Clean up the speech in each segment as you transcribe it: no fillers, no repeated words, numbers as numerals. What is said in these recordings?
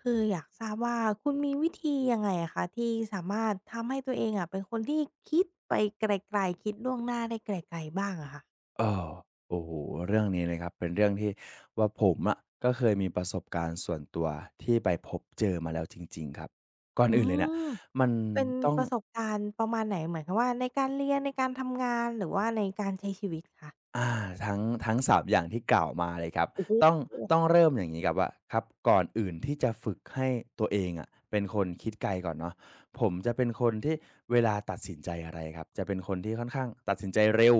คืออยากทราบว่าคุณมีวิธียังไงอะคะที่สามารถทำให้ตัวเองอะเป็นคนที่คิดไปไกลๆคิดล่วงหน้าได้ไกลๆบ้างอะค่ะเออโอ้โหเรื่องนี้เลยครับเป็นเรื่องที่ว่าผมอะก็เคยมีประสบการณ์ส่วนตัวที่ไปพบเจอมาแล้วจริงๆครับก่อนอือื่นเลยเนี่ยมมันเป็นต้อง ประสบการณ์ประมาณไหนหมายความว่าในการเรียนในการทำงานหรือว่าในการใช้ชีวิตคะอาทั้งทั้งสามอย่างที่กล่าวมาเลยครับโอ้โฮต้องต้องเริ่มอย่างนี้ครับว่าครับก่อนอื่นที่จะฝึกให้ตัวเองอะเป็นคนคิดไกลก่อนเนาะผมจะเป็นคนที่เวลาตัดสินใจอะไรครับจะเป็นคนที่ค่อนข้างตัดสินใจเร็ว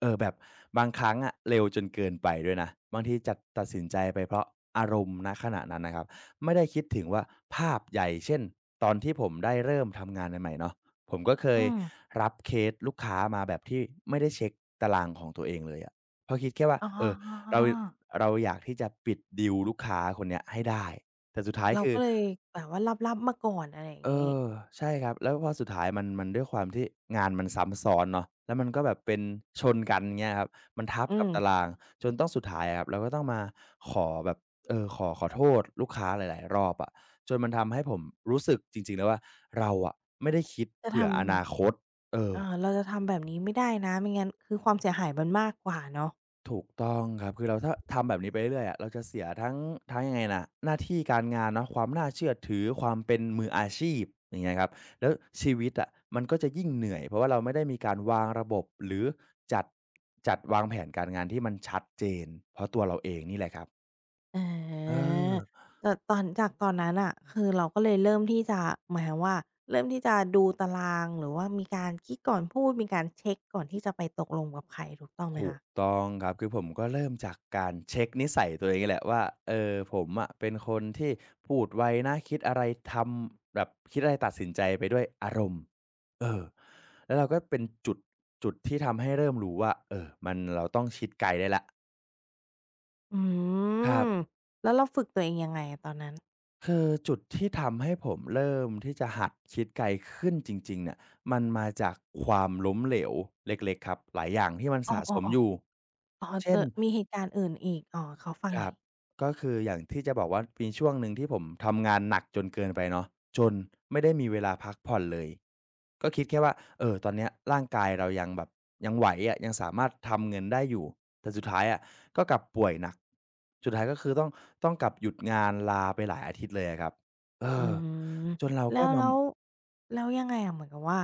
แบบบางครั้งอะเร็วจนเกินไปด้วยนะบางทีจัดตัดสินใจไปเพราะอารมณ์ณขณะนั้นนะครับไม่ได้คิดถึงว่าภาพใหญ่เช่นตอนที่ผมได้เริ่มทำงานใหม่ๆเนาะ ผมก็เคอืยมรับเคสลูกค้ามาแบบที่ไม่ได้เช็คตารางของตัวเองเลยอะเพราะคิดแค่ว่าอ๋อเราๆๆๆเราอยากที่จะปิดดีลลูกค้าคนเนี้ยให้ได้แต่สุดท้ายเราคือก็เลยแบบว่าลับๆมาก่อนอะไรอย่างเองี้อใช่ครับแล้วพอสุดท้ายมันด้วยความที่งานมันซ้ำซ้อนเนาะแล้วมันก็แบบเป็นชนกันเงี้ยครับมันทับอืกับมตารางจนต้องสุดท้ายอะครับเราก็ต้องมาขอแบบขอโทษลูกค้าหลายๆรอบอะจนมันทำให้ผมรู้สึกจริงๆแล้วว่าเราอะไม่ได้คิดจะทเผื่ออนาคตเอำอ เอ่อเราจะทำแบบนี้ไม่ได้นะไม่งั้นคือความเสียหายมันมากกว่าเนาะ ถูกต้องครับคือเราถ้าทำแบบนี้ไปเรื่อยอะเราจะเสียทั้งยังไงน่ะหน้าที่การงานเนาะความน่าเชื่อถือความเป็นมืออาชีพอย่างเงี้ยครับแล้วชีวิตอะมันก็จะยิ่งเหนื่อยเพราะว่าเราไม่ได้มีการวางระบบหรือจัดจัดวางแผนการงานที่มันชัดเจนเพราะตัวเราเองนี่แหละครับอาเออ แต่ตอนจากตอนนั้นน่ะคือเราก็เลยเริ่มที่จะหมายความว่าเริ่มที่จะดูตารางหรือว่ามีการคิดก่อนพูดมีการเช็กก่อนที่จะไปตกลงกับใครถูกต้องไหมถูคะกต้องครับคือผมก็เริ่มจากการเช็คนิสัยตัวเองนี่แหละว่าผมอะเป็นคนที่พูดไวนะคิดอะไรทำแบบคิดอะไรตัดสินใจไปด้วยอารมณ์เออแล้วเราก็เป็นจุดที่ทำให้เริ่มรู้ว่ามันเราต้องคิดไกลได้แล้วอืครับมแล้วเราฝึกตัวเองยังไงอะตอนนั้นคือจุดที่ทำให้ผมเริ่มที่จะหัดคิดไกลขึ้นจริงๆเนี่ยมันมาจากความล้มเหลวเล็กๆครับหลายอย่างที่มันอ้อสะสๆมอยู่ๆอ๋อเจเช่อน มีเหตุการณ์อื่นอีกอ๋อขอฟังคหน่รัอบยก็คืออย่างที่จะบอกว่ามีช่วงหนึ่งที่ผมทำงานหนักจนเกินไปเนาะจนไม่ได้มีเวลาพักผ่อนเลยก็คิดแค่ว่าตอนเนี้ยร่างกายเรายังแบบยังไหวอะยังสามารถทำเงินได้อยู่แต่สุดท้ายอะก็กลับป่วยหนักสุดท้ายก็คือต้องกลับหยุดงานลาไปหลายอาทิตย์เลยอะครับเออือมจนเราแล้ก็วมา แล้วแล้วยังไงอะเหมือนกับว่า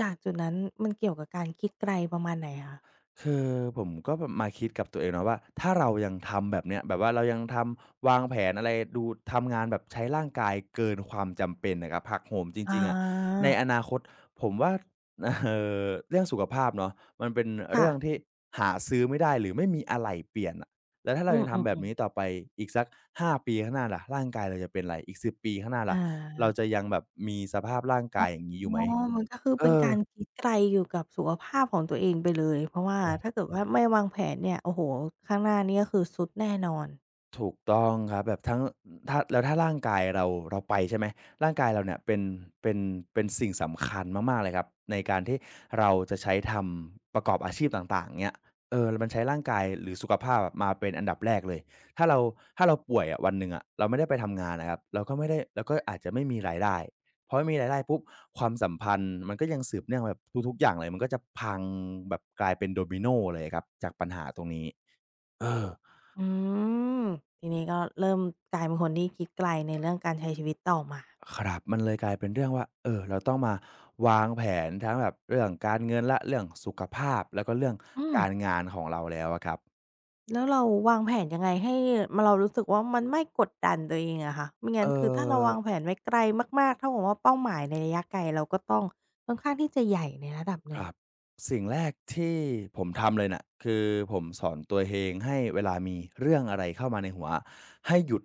จากจุดนั้นมันเกี่ยวกับการคิดไกลประมาณไหนคะคือผมก็แบบมาคิดกับตัวเองเนาะว่าถ้าเรายังทำแบบเนี้ยแบบว่าเรายังทำวางแผนอะไรดูทำงานแบบใช้ร่างกายเกินความจำเป็นนะครับหักโหมจริอางๆอะในอนาคตผมว่า เอ่อเรื่องสุขภาพเนาะมันเป็นค่ะเรื่องที่หาซื้อไม่ได้หรือไม่มีอะไหล่เปลี่ยนน่ะแล้วถ้าเราอืยัมงทำแบบนี้ต่ๆอๆไปอีกสัก5ปีข้างหน้าล่ะร่างกายเราจะเป็นไรอีก10 ปีข้างหน้าอล่ะเราา จะยังแบบมีสภาพร่างกายอย่างงี้อยู่ไหมอ๋อมันก็คือเอเป็นอการคิดไกลอยู่กับสุขภาพของตัวเองไปเลยเพราะว่าโอถ้า้ เกิดว่าไม่วางแผนเนี่ยโอ้โฮข้างหน้านี่ก็คือทรุดแน่นอนถูกต้องครับแบบทั้งถ้าแล้วถ้าร่างกายเราเราไปใช่ไหมร่างกายเราเนี่ยเป็นเป็นสิ่งสำคัญมากๆเลยครับในการที่เราจะใช้ทำประกอบอาชีพต่างๆเงี้ยมันใช้ร่างกายหรือสุขภาพอะมาเป็นอันดับแรกเลยถ้าเราถ้าเราป่วยอะวันหนึ่งอะเราไม่ได้ไปทำงานอะครับเราก็ไม่ได้เราก็อาจจะไม่มีรายได้พอไม่มีรายได้ปุ๊บความสัมพันธ์มันก็ยังสืบเนื่องแบบทุกๆอย่างเลยมันก็จะพังแบบกลายเป็นโดมิโนเลยครับจากปัญหาตรงนี้เออ อืมทีนี้ก็เริ่มกลายเป็นคนที่คิดไกลในเรื่องการใช้ชีวิตต่อมาครับมันเลยกลายเป็นเรื่องว่าเราต้องมาวางแผนทั้งแบบเรื่องการเงินและเรื่องสุขภาพแล้วก็เรื่องอืม การงานของเราแล้วอะครับแล้วเราวางแผนยังไงให้มเรารู้สึกว่ามันไม่กดดันตัวเองอะคะไม่เออ งั้นคือถ้าเราวางแผนไว้ไกลมากๆเท่ากับว่าเป้าหมายในระยะไกลเราก็ต้องค่อนข้างที่จะใหญ่ในระดับหคนึ่งรับสิ่งแรกที่ผมทำเลยน่ะคือผมสอนตัวเองให้เวลามีเรื่องอะไรเข้ามาในหัวให้หยุด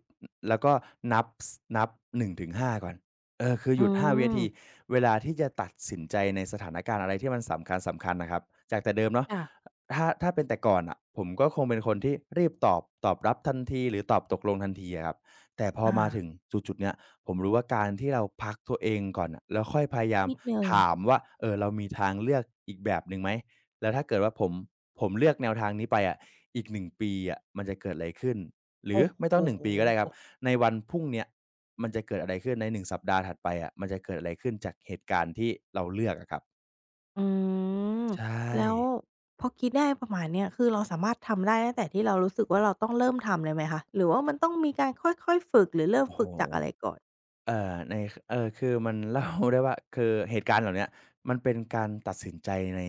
แล้วก็นับสนับ1-5ก่อนคือหอืยุด5วินาทีมเวลาที่จะตัดสินใจในสถานการณ์อะไรที่มันสำคัญๆน่ะครับจากแต่เดิมเนาะค่ะถ้าเป็นแต่ก่อนน่ะผมก็คงเป็นคนที่รีบตอบรับทันทีหรือตอบตกลงทันทีอะครับแต่พออามาถึงจุดๆเนี้ย ผมรู้ว่าการที่เราพักตัวเองก่อนน่ะแล้วค่อยพยายามนิดหนึ่งถามว่าเรามีทางเลือกอีกแบบหนึ่งไหมแล้วถ้าเกิดว่าผมเลือกแนวทางนี้ไปอะอีกหนึ่งปีอะมันจะเกิดอะไรขึ้นหรืโออไม่ต้อง้หนึ่โงปีก็ได้ครับฮ ในวันพรุ่งเนี้ยมันจะเกิดอะไรขึ้นในหนึ่งสัปดาห์ถัดไปอะมันจะเกิดอะไรขึ้นจากเหตุการณ์ที่เราเลือกอะครับอืมใช่แล้วพอคิดได้ประมาณเนี้ยคือเราสามารถทำได้ตั้งแต่ที่เรารู้สึกว่าเราต้องเริ่มทำเลยไหมคะหรือว่ามันต้องมีการค่อยๆฝึกหรือเริ่มโอ้โฮ ฝึกจากอะไรก่อนเอ่อในคเอ่อคือมันเล่าได้ว่า คือเหตุการณ์เหล่าเนี้ยมันเป็นการตัดสินใจใน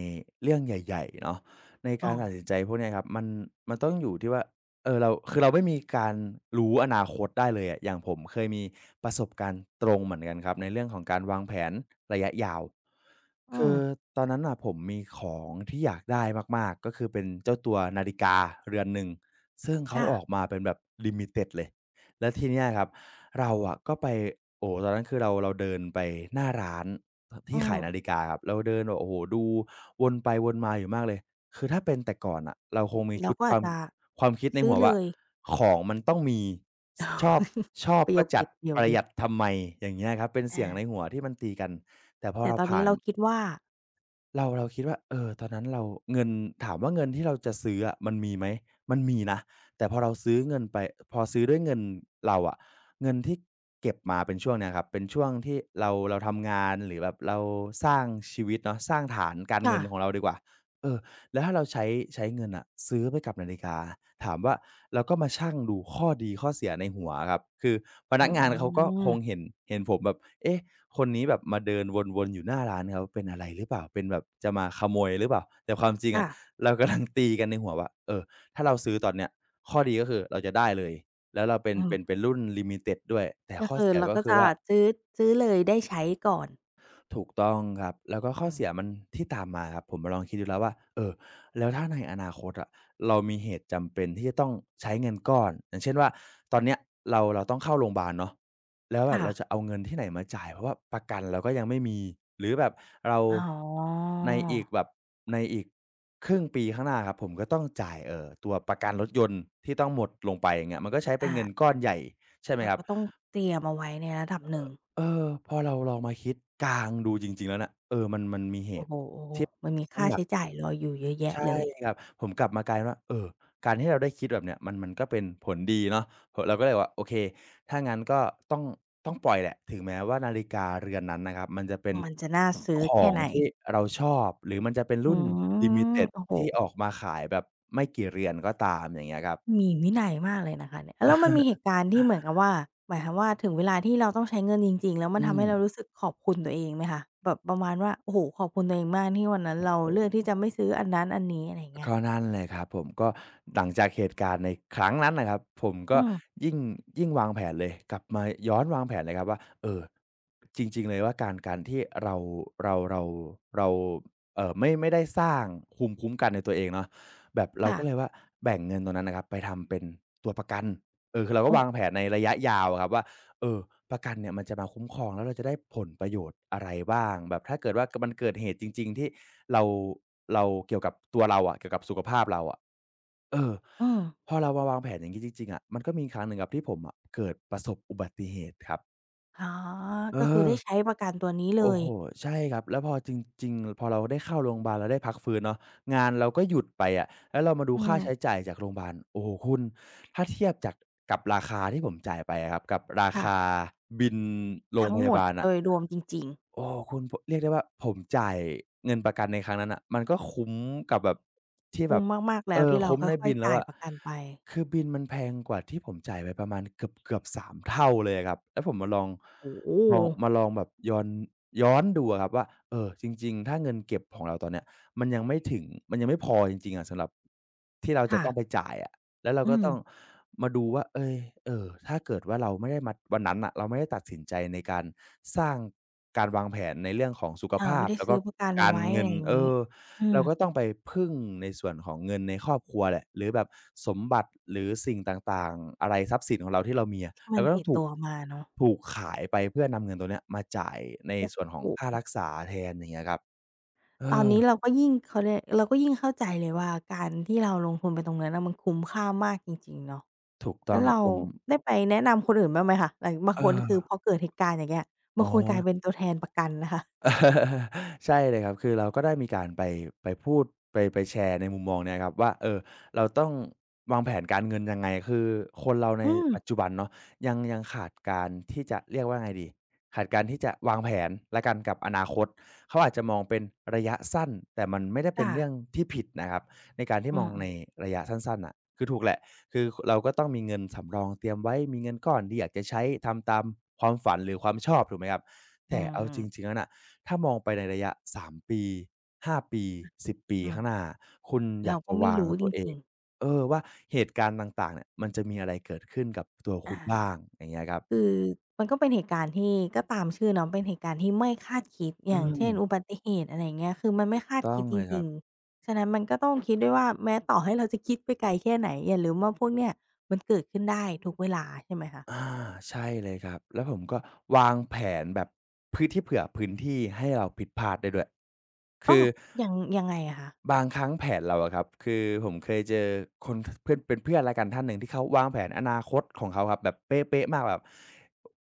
เรื่องใหญ่ๆเนาะในอ๋กาอรตัดสินใจพวกเนี้ยครับมันต้องอยู่ที่ว่าเราคือเราไม่มีการรู้อนาคตได้เลยอะอย่างผมเคยมีประสบการณ์ตรงเหมือนกันครับในเรื่องของการวางแผนระยะยาวอืคืมอตอนนั้นน่ะผมมีของที่อยากได้มากๆก็คือเป็นเจ้าตัวนาฬิกาเรือนหนึ่งซึ่งเขาค่ะออกมาเป็นแบบลิมิติดเลยแล้วทีเนี้ยครับ เราอะก็ไปโอ้โฮตอนนั้นคือเราเดินไปหน้าร้านอืที่ขายมนาฬิกาครับเราเดินแบบโอ้โฮดูวนไปวนมาอยู่มากเลยคือถ้าเป็นแต่ก่อนน่ะเราคงมีเราชุดก็คอาวาจมจะความคิดในซื้อหัวเลว่าย ของมันต้องมีชอบชอบ ประโยก็คจัดเด็ดประโยปคระหเด็ดยัดทำไมอย่างเงี้ยครับเป็นเสีอายงในหัวที่มันตีกันแต่พอแต่เราตอนผ่านี้น เราคิดว่าเราคิดว่าเออตอนนั้นเราเงินถามว่าเงินที่เราจะซื้ออะมันมีไหมมันมีนะแต่พอเราซื้อเงินไปพอซื้อด้วยเงินเราอะเงินที่เก็บมาเป็นช่วงเนี้ยครับเป็นช่วงที่เราทำงานหรือแบบเราสร้างชีวิตเนาะสร้างฐานการค่ะเงินของเราดีกว่าเออแล้วถ้าเราใช้เงินอ่ะซื้อไปกับนาฬิกาถามว่าเราก็มาชั่งดูข้อดีข้อเสียในหัวอะครับคือพอ๋อนักงานเขาก็คงเห็นผมแบบเอ๊ะ คนนี้แบบมาเดินวนๆอยู่หน้าร้านเขาเป็นอะไรหรือเปล่าเป็นแบบจะมาขโมยหรือเปล่าแต่ความจริงค่ะอะเรากำลังตีกันในหัวว่าเออถ้าเราซื้อตอนเนี้ยข้อดีก็คือเราจะได้เลยแล้วเราเป็นอืเป็นเป็มนรุ่นลิมิต e ดด้วยแต่ก็ข้อคือเสียเราก็ก็คือจะว่า ซื้อซื้อเลยได้ใช้ก่อนถูกต้องครับแล้วก็ข้อือมเสียมันที่ตามมาครับ ผมมาลองคิดดูแล้วว่า เออ แล้วถ้าในอนาคตอะเรามีเหตุจำเป็นที่จะต้องใช้เงินก้อนอย่างเช่นว่าตอนเนี้ยเราต้องเข้าโรงบาลเนาะแล้วแบบค่ะเราจะเอาเงินที่ไหนมาจ่ายเพราะว่าประกันเราก็ยังไม่มี หรือแบบเราอ๋อในอีกแบบในอีกครึ่งปีข้างหน้าครับผมก็ต้องจ่ายตัวประกันรถยนต์ที่ต้องหมดลงไปอย่างเงี้ยมันก็ใช้เป็นอา เงินก้อนใหญ่ใช่ไหมเราครับ ก็ต้องเตรียมเอาไว้ในระดับหนึ่งเออพอเราลองมาคิดกลางดูจริงๆแล้วน่ะเออมันมีเหโอ้ตุโฮที่มันมีน้ำค่าหนักใช้จ่ายรออยู่เยอะแยะใช่เลยครับผมกลับมากลายเป็นว่าเออการที่เราได้คิดแบบเนี้ยมันก็เป็นผลดีเนาะเราก็เลยว่าโอเคถ้างั้นก็ต้องต้องปล่อยแหละถึงแม้ว่านาฬิกาเรือนนั้นนะครับมันจะเป็นมันจะน่าขซื้ออแค่งไหนที่เราชอบหรือมันจะเป็นอืรุ่นลิมิมติดโอ้โฮที่ออกมาขายแบบไม่กี่เรือนก็ตามอย่างเงี้ยครับมีวินัยมากเลยนะคะเนี่ยแล้วมันมีเหตุการณ์ที่เหมือนกับว่าหมายความว่าถึงเวลาที่เราต้องใช้เงินจริงๆแล้วมันอืทำมให้เรารู้สึกขอบคุณตัวเองไหมคะแบบประมาณว่าโอ้โฮขอบคุณตัวเองมากที่วันนั้นโอ้เราโฮ เลือกที่จะไม่ซื้ออันนั้นอันนี้อะไรอย่างเงี้ก็ยนั่นเลยครับผมก็หลังจากเหตุการณ์ในครั้งนั้นนะครับผมก็อืมยิ่งยิ่งวางแผนเลยกลับมาย้อนวางแผนเลยครับว่าเอ่อจริงๆเลยว่าการที่เราเราเราไม่ได้สร้างภูมิคุ้มกันในตัวเองเนาะแบบเราค่ะก็เลยว่าแบ่งเงินตรงนั้นนะครับไปทำเป็นตัวประกันเออคือเราก็โอ้วางแผนในระยะยาวอะครับว่า เออประกันเนี่ยมันจะมาคุ้มครองแล้วเราจะได้ผลประโยชน์อะไรบ้างแบบถ้าเกิดว่ากมันเกิดเหตุจริงๆที่เราเราเกี่ยวกับตัวเราอะเกี่ยวกับสุขภาพเราอะเอออืมพอเรามาวางแผนอย่างงี้จริงๆอะมันก็มีครั้งหนึ่งครับที่ผมอะเกิดประสบอุบัติเหตุครับอ๋อเอก็คืออ ได้ใช้ประกันตัวนี้เลโอ้ยโฮใช่ครับแล้วพอจริงๆพอเราได้เข้าโรงบาลเราได้พักฟื้นเนาะงานเราก็หยุดไปอะแล้วเรามาดูอืค่าใช้มจ่ายจากโรงบาลโอ้โฮคุณถ้าเทียบจากกับราคาที่ผมจ่ายไปอะครับกับราค่ะคาบิลโรงทั้งพหมยาดบาลโดอะ ยรวมจริงๆ โอ้คุณพเรียกได้ว่าผมจ่ายเงินประกันในครั้งนั้นน่ะมันก็คุ้มกับแบบที่แบคุ้บมมากๆเอแล้วอที่เราคุ้มในค่อยบิลๆแล้วจ่ายอะประกันไปคือบิลมันแพงกว่าที่ผมจ่ายไปประมาณเกือบๆสามเท่าเลยอะครับแล้วผมมาลองโอ้โฮมาลองแบบย้อนดูอะครับว่าเออจริงๆถ้าเงินเก็บของเราตอนเนี้ยมันยังไม่ถึงมันยังไม่พอจริงๆอะสำหรับที่เราจะค่ะต้องไปจ่ายอะ แล้วเราอืก็มต้องมาดูว่าเอยเออถ้าเกิดว่าเราไม่ได้มาวันนั้นน่ะเราไม่ได้ตัดสินใจในการสร้างการวางแผนในเรื่องของสุขอาภาไม่พได้แล้วซื้ก็อประกันเอาการไว้อะเงิไรนอย่างเองี้ออืมเราก็ต้องไปพึ่งในส่วนของเงินในครอบครัวแหละหรือแบบสมบัติหรือสิ่งต่างๆอะไรทรัพย์สินของเราที่เรามีอะที่เรามันก็ต้อติงดถูกตัวมาเนาะถูกขายไปเพื่อนำเงินตรงเนี้ยมาจ่ายในส่วนของโอ้ค่ารัโฮกษาแทนอย่างเงี้ยครับเอตอนอนี้เราก็ยิ่งเขาเรียกเราก็ยิ่งเข้าใจเลยว่าการที่เราลงทุนไปตรงนั้นน่ะมันคุ้มค่ามากจริงๆเนาะถูกต้แล้องวครับเราผมได้ไปแนะนำคนอื่นบ้างไหมคะหลังบางคนคือเออพอเกิดเหตุการณ์อย่างเงี้ยอ๋อ บางคนกลายเป็นตัวแทนประกันนะคะ ใช่เลยครับคือเราก็ได้มีการไปไปพูดไปไปแชร์ในมุมมองเนี้ยครับว่าเออเราต้องวางแผนการเงินยังไงคือคนเราในอืมปัจจุบันเนาะยังขาดการที่จะเรียกว่าไงดีขาดการที่จะวางแผนและกันกับอนาคตเขาอาจจะมองเป็นระยะสั้นแต่มันไม่ได้เป็นค่ะเรื่องที่ผิดนะครับในการที่อืมอองในๆระยะสั้นๆอ่ะคือถูกแหละคือเราก็ต้องมีเงินสำรองเตรียมไว้มีเงินก้อนที่อยากจะใช้ทำตามความฝันหรือความชอบถูกไหมครับอืแต่เอาจริงๆมแล้วน่ะ ถ้ามองไปในระยะ3ปี5ปี10ปีอืมข้างหน้าคุณอยาเรากจะก็ไม่วางรู้จตัวเอริงงเออว่าเหตุการณ์ต่างๆเนี่ยมันจะมีอะไรเกิดขึ้นกับตัวๆคุอา ณบ้างอย่างเงี้ยครับคือมันก็เป็นเหตุการณ์ที่ก็ตามชื่อเนาะเป็นเหตุการณ์ที่ไม่คาดคิดอือย่างเช่นอุมบัติเหตุอะไรอย่างเงี้ยคือมันไม่คาดต้อคิงดจเลยครัริบงๆฉะนั้นมันก็ต้องคิดด้วยว่าแม้ต่อให้เราจะคิดไปไกลแค่ไหนอย่าลืมว่าพวกเนี้ยมันเกิดขึ้นได้ทุกเวลาใช่ไหมคะอาใช่เลยครับแล้วผมก็วางแผนแบบพื้นที่เผื่อพื้นที่ให้เราผิดพลาดได้ด้วยอ้คืออ ยังยังไงอะคะบางครั้งแผนเราอะครับคือผมเคยเจอคนเพื่อนเป็นเพื่อนแล้วกันท่านหนึ่งที่เขาวางแผนอนาคตของเขาครับแบบเป๊ะๆมากแบบ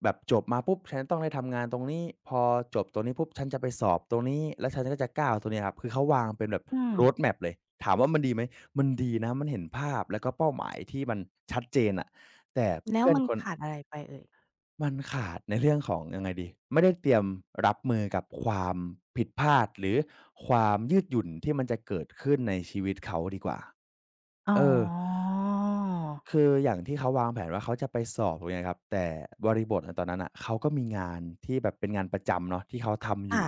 แบบจบมาปุ๊บฉันต้องได้ทำงานตรงนี้พอจบตรงนี้ปุ๊บฉันจะไปสอบตรงนี้แล้วฉันก็จะก้าวตรงนี้ครับคือเขาวางเป็นแบบ อืม road m เลยถามว่ามันดีไหมมันดีนะมันเห็นภาพแล้วก็เป้าหมายที่มันชัดเจนอะแต่แล้วเพื่อนมันคน ขาดอะไรไปเอ่ยมันขาดในเรื่องของยังไงดีไม่ได้เตรียมรับมือกับความผิดพลาดหรือความยืดหยุ่นที่มันจะเกิดขึ้นในชีวิตเขาดีกว่าอ๋เออ อคืออย่างที่เขาวางแผนว่าเขาจะไปสอบอย่างเงี้ยครับแต่บริบทอะตอนนั้นน่ะเขาก็มีงานที่แบบเป็นงานประจำเนาะที่เขาทำอค่ะยู่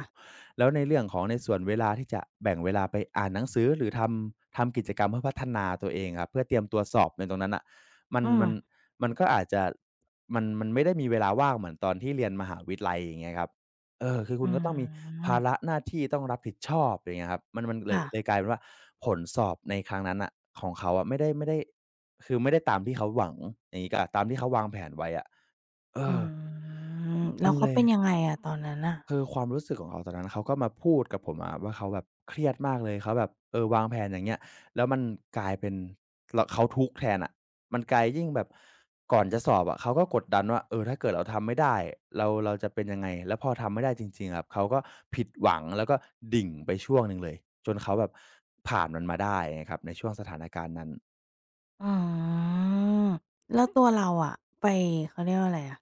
แล้วในเรื่องของในส่วนเวลาที่จะแบ่งเวลาไปอ่านหนังสือหรือทำกิจกรรมเพื่อพัฒนาตัวเองครับเพื่อเตรียมตัวสอบในตรงนั้นน่ะมันอืมมันมันก็อาจจะมันมันไม่ได้มีเวลาว่างเหมือนตอนที่เรียนมหาวิทยาลัยอย่างเงี้ยครับเออคือคุณอืก็ต้องมีภามระหน้าที่ต้องรับผิดชอบอย่างเงี้ยครับมันมันเลยค่ะเลยกลายเป็นว่าผลสอบในครั้งนั้นน่ะของเขาอะไม่ได้ คือไม่ได้ตามที่เขาหวังอย่างงี้ก็ตามที่เขาวางแผนไว้อะเออือมมัแล้วนเลเขายเป็นยังไงอะตอนนั้นน่ะ คือความรู้สึกของเขาตอนนั้นเขาก็มาพูดกับผมอะว่าเขาแบบเครียดมากเลยเขาแบบเออวางแผนอย่างเงี้ยแล้วมันกลายเป็นรเขาทุกข์แทนน่ะมันกลายยิ่งแบบก่อนจะสอบอะเขาก็กดดันว่าเออถ้าเกิดเราทำไม่ได้เราจะเป็นยังไงแล้วพอทำไม่ได้จริงๆอะเขาก็ผิดหวังแล้วก็ดิ่งไปช่วงหนึ่งเลยจนเขาแบบผ่านมันมาได้อย่างเงี้ยครับในช่วงสถานการณ์นั้นอ๋อแล้วตัวเราอะไปเขาเรียกว่าอะไรอะ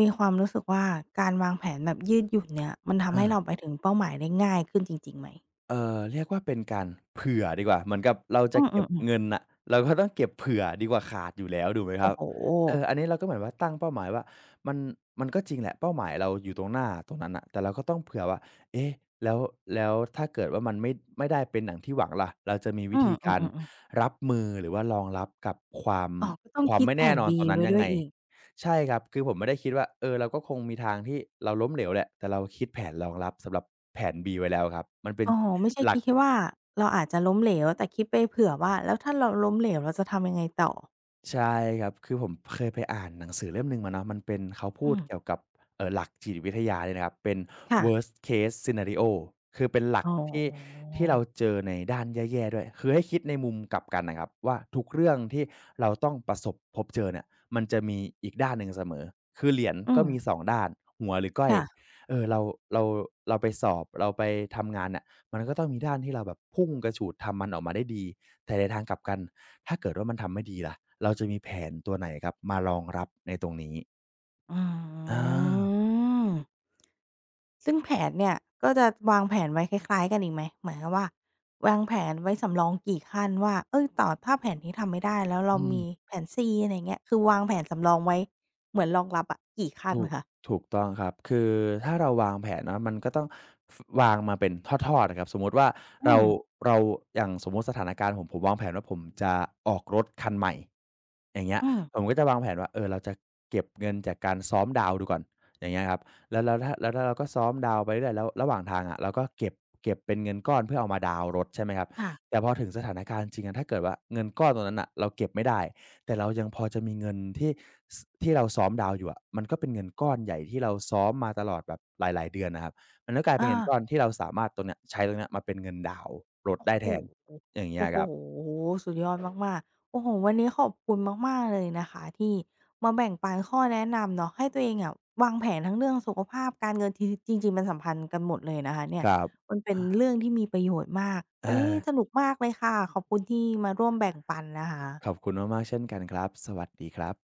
มีความรู้สึกว่าการวางแผนแบบยืดหยุ่นเนี่ยมันทำให้เราเออ ไปถึงเป้าหมายได้ง่ายขึ้นจริงๆไหมเอ่อเรียกว่าเป็นการเผื่อดีกว่าเหมือนกับเราอืจะเก็บมๆเงินๆน่ะเราก็ต้องเก็บเผื่อดีกว่าขาดอยู่แล้วถูกไหมครัโอ้บโฮเอออันนี้เราก็เหมือนว่าตั้งเป้าหมายว่ามันมันก็จริงแหละเป้าหมายเราอยู่ตรงหน้าตรงนั้นน่ะแต่เราก็ต้องเผื่อว่าเอ๊ะแล้วแล้วถ้าเกิดว่ามันไม่ได้เป็นดั่งที่หวังล่ะเราจะมีวิอืมธีการๆๆๆรับมือหรือว่ารองรับกับความอ๋อก็ต้องความคิดไม่แผแน่น นอนต B รงนั้นไว้ยังด้วไงยอีกใช่ครับคือผมไม่ได้คิดว่าเออเราก็คงมีทางที่เราล้มเหลวแหละแต่เราคิดแผนรองรับสำหรับแผน B ไว้แล้วครับมันเป็น อ๋อไม่ใช่หลัคิกดแค่ว่าเราอาจจะล้มเหลวแต่คิดไปเผื่อว่าแล้วถ้าเราล้มเหลวเราจะทำยังไงต่อใช่ครับคือผมเคยไปอ่านหนังสือเล่มหนึ่งมาเนาะมันเป็นเขาพูอืดมเกี่ยวกับหลักจิตวิทยาเนี่ยนะครับเป็น ค่ะ worst case scenario คือเป็นหลักอ๋อที่เราเจอในด้านแย่ๆด้วยคือให้คิดในมุมกลับกันน่ะครับว่าทุกเรื่องที่เราต้องประสบพบเจอเนี่ยมันจะมีอีกด้านหนึ่งเสมอคือเหรียญอืก็มมีสองด้านหัวหรือก้อยค่ะเออเราเราไปสอบเราไปทำงานเนี่ย มันก็ต้องมีด้านที่เราแบบพุ่งกระฉูดทำมันออกมาได้ดีแต่ในทางกลับกัน ถ้าเกิดว่ามันทำไม่ดีล่ะ เราจะมีแผนตัวไหนครับมารองรับในตรงนี้ออาืม ซึ่งแผนเนี่ยก็จะวางแผนไว้คล้ายๆกันอีกไหมหมายความว่าวางแผนไว้สำรองกี่ขั้นว่าเฮ้ยต่อถ้าแผนนี้ทำไม่ได้แล้วเราอืม มีแผน C อะไรอย่างเงี้ยคือวางแผนสำรองไว้เหมือนรองรับอะกี่ขั้นถูกคะถูกต้องครับคือถ้าเราวางแผนเนาะมันก็ต้องฟวางมาเป็นทอดๆอะครับสมมุติว่าอืเรามเราอย่างสมมุติสถานการณ์ผมวางแผนว่าผมจะออกรถคันใหม่อย่างเงี้ยอืมผมก็จะวางแผนว่าเออเราจะเก็บเงินจากการซ้อมดาวน์ดูก่อนอย่างเงี้ยครับแล้วถ้าเราก็ซ้อมดาวน์ไปเรื่อยแล้วระหว่างทางอะเราก็เก็บเป็นเงินก้อนเพื่อเอามาดาวน์รถใช่ไหมครับค่ะแต่พอถึงสถานการณ์จริงอะถ้าเกิดว่าเงินก้อนตรงนั้นน่ะเราเก็บไม่ได้ แต่เรายังพอจะมีเงินที่สที่เราซ้อมดาวอยู่อะมันก็เป็นเงินก้อนใหญ่ที่เราซ้อมมาตลอดแบบหลายๆเดือนน่ะครับมันก็กลายเป็นอา เงินก้อนที่เราสามารถตรงเนี้ยใช้ตรงเนี้ยมาเป็นเงินดาวน์รถโอ้ได้โฮแทนอย่างเงี้ยโอ้โฮครับสุดยอดมากๆโอ้โฮวันนี้ขอบคุณมากๆเลยนะคะที่มาแบ่งปันข้อแนะนำเนาะให้ตัวเองอะวางแผนทั้งเรื่องสุขภาพการเงินทีจริงๆมันสัมพันธ์กันหมดเลยนะคะเนี่ยครับมันเป็นเรื่องที่มีประโยชน์มากเอวันนี้อสนุกมากเลยค่ะขอบคุณที่มาร่วมแบ่งปันนะคะขอบคุณมากๆเช่นกันครับสวัสดีครับ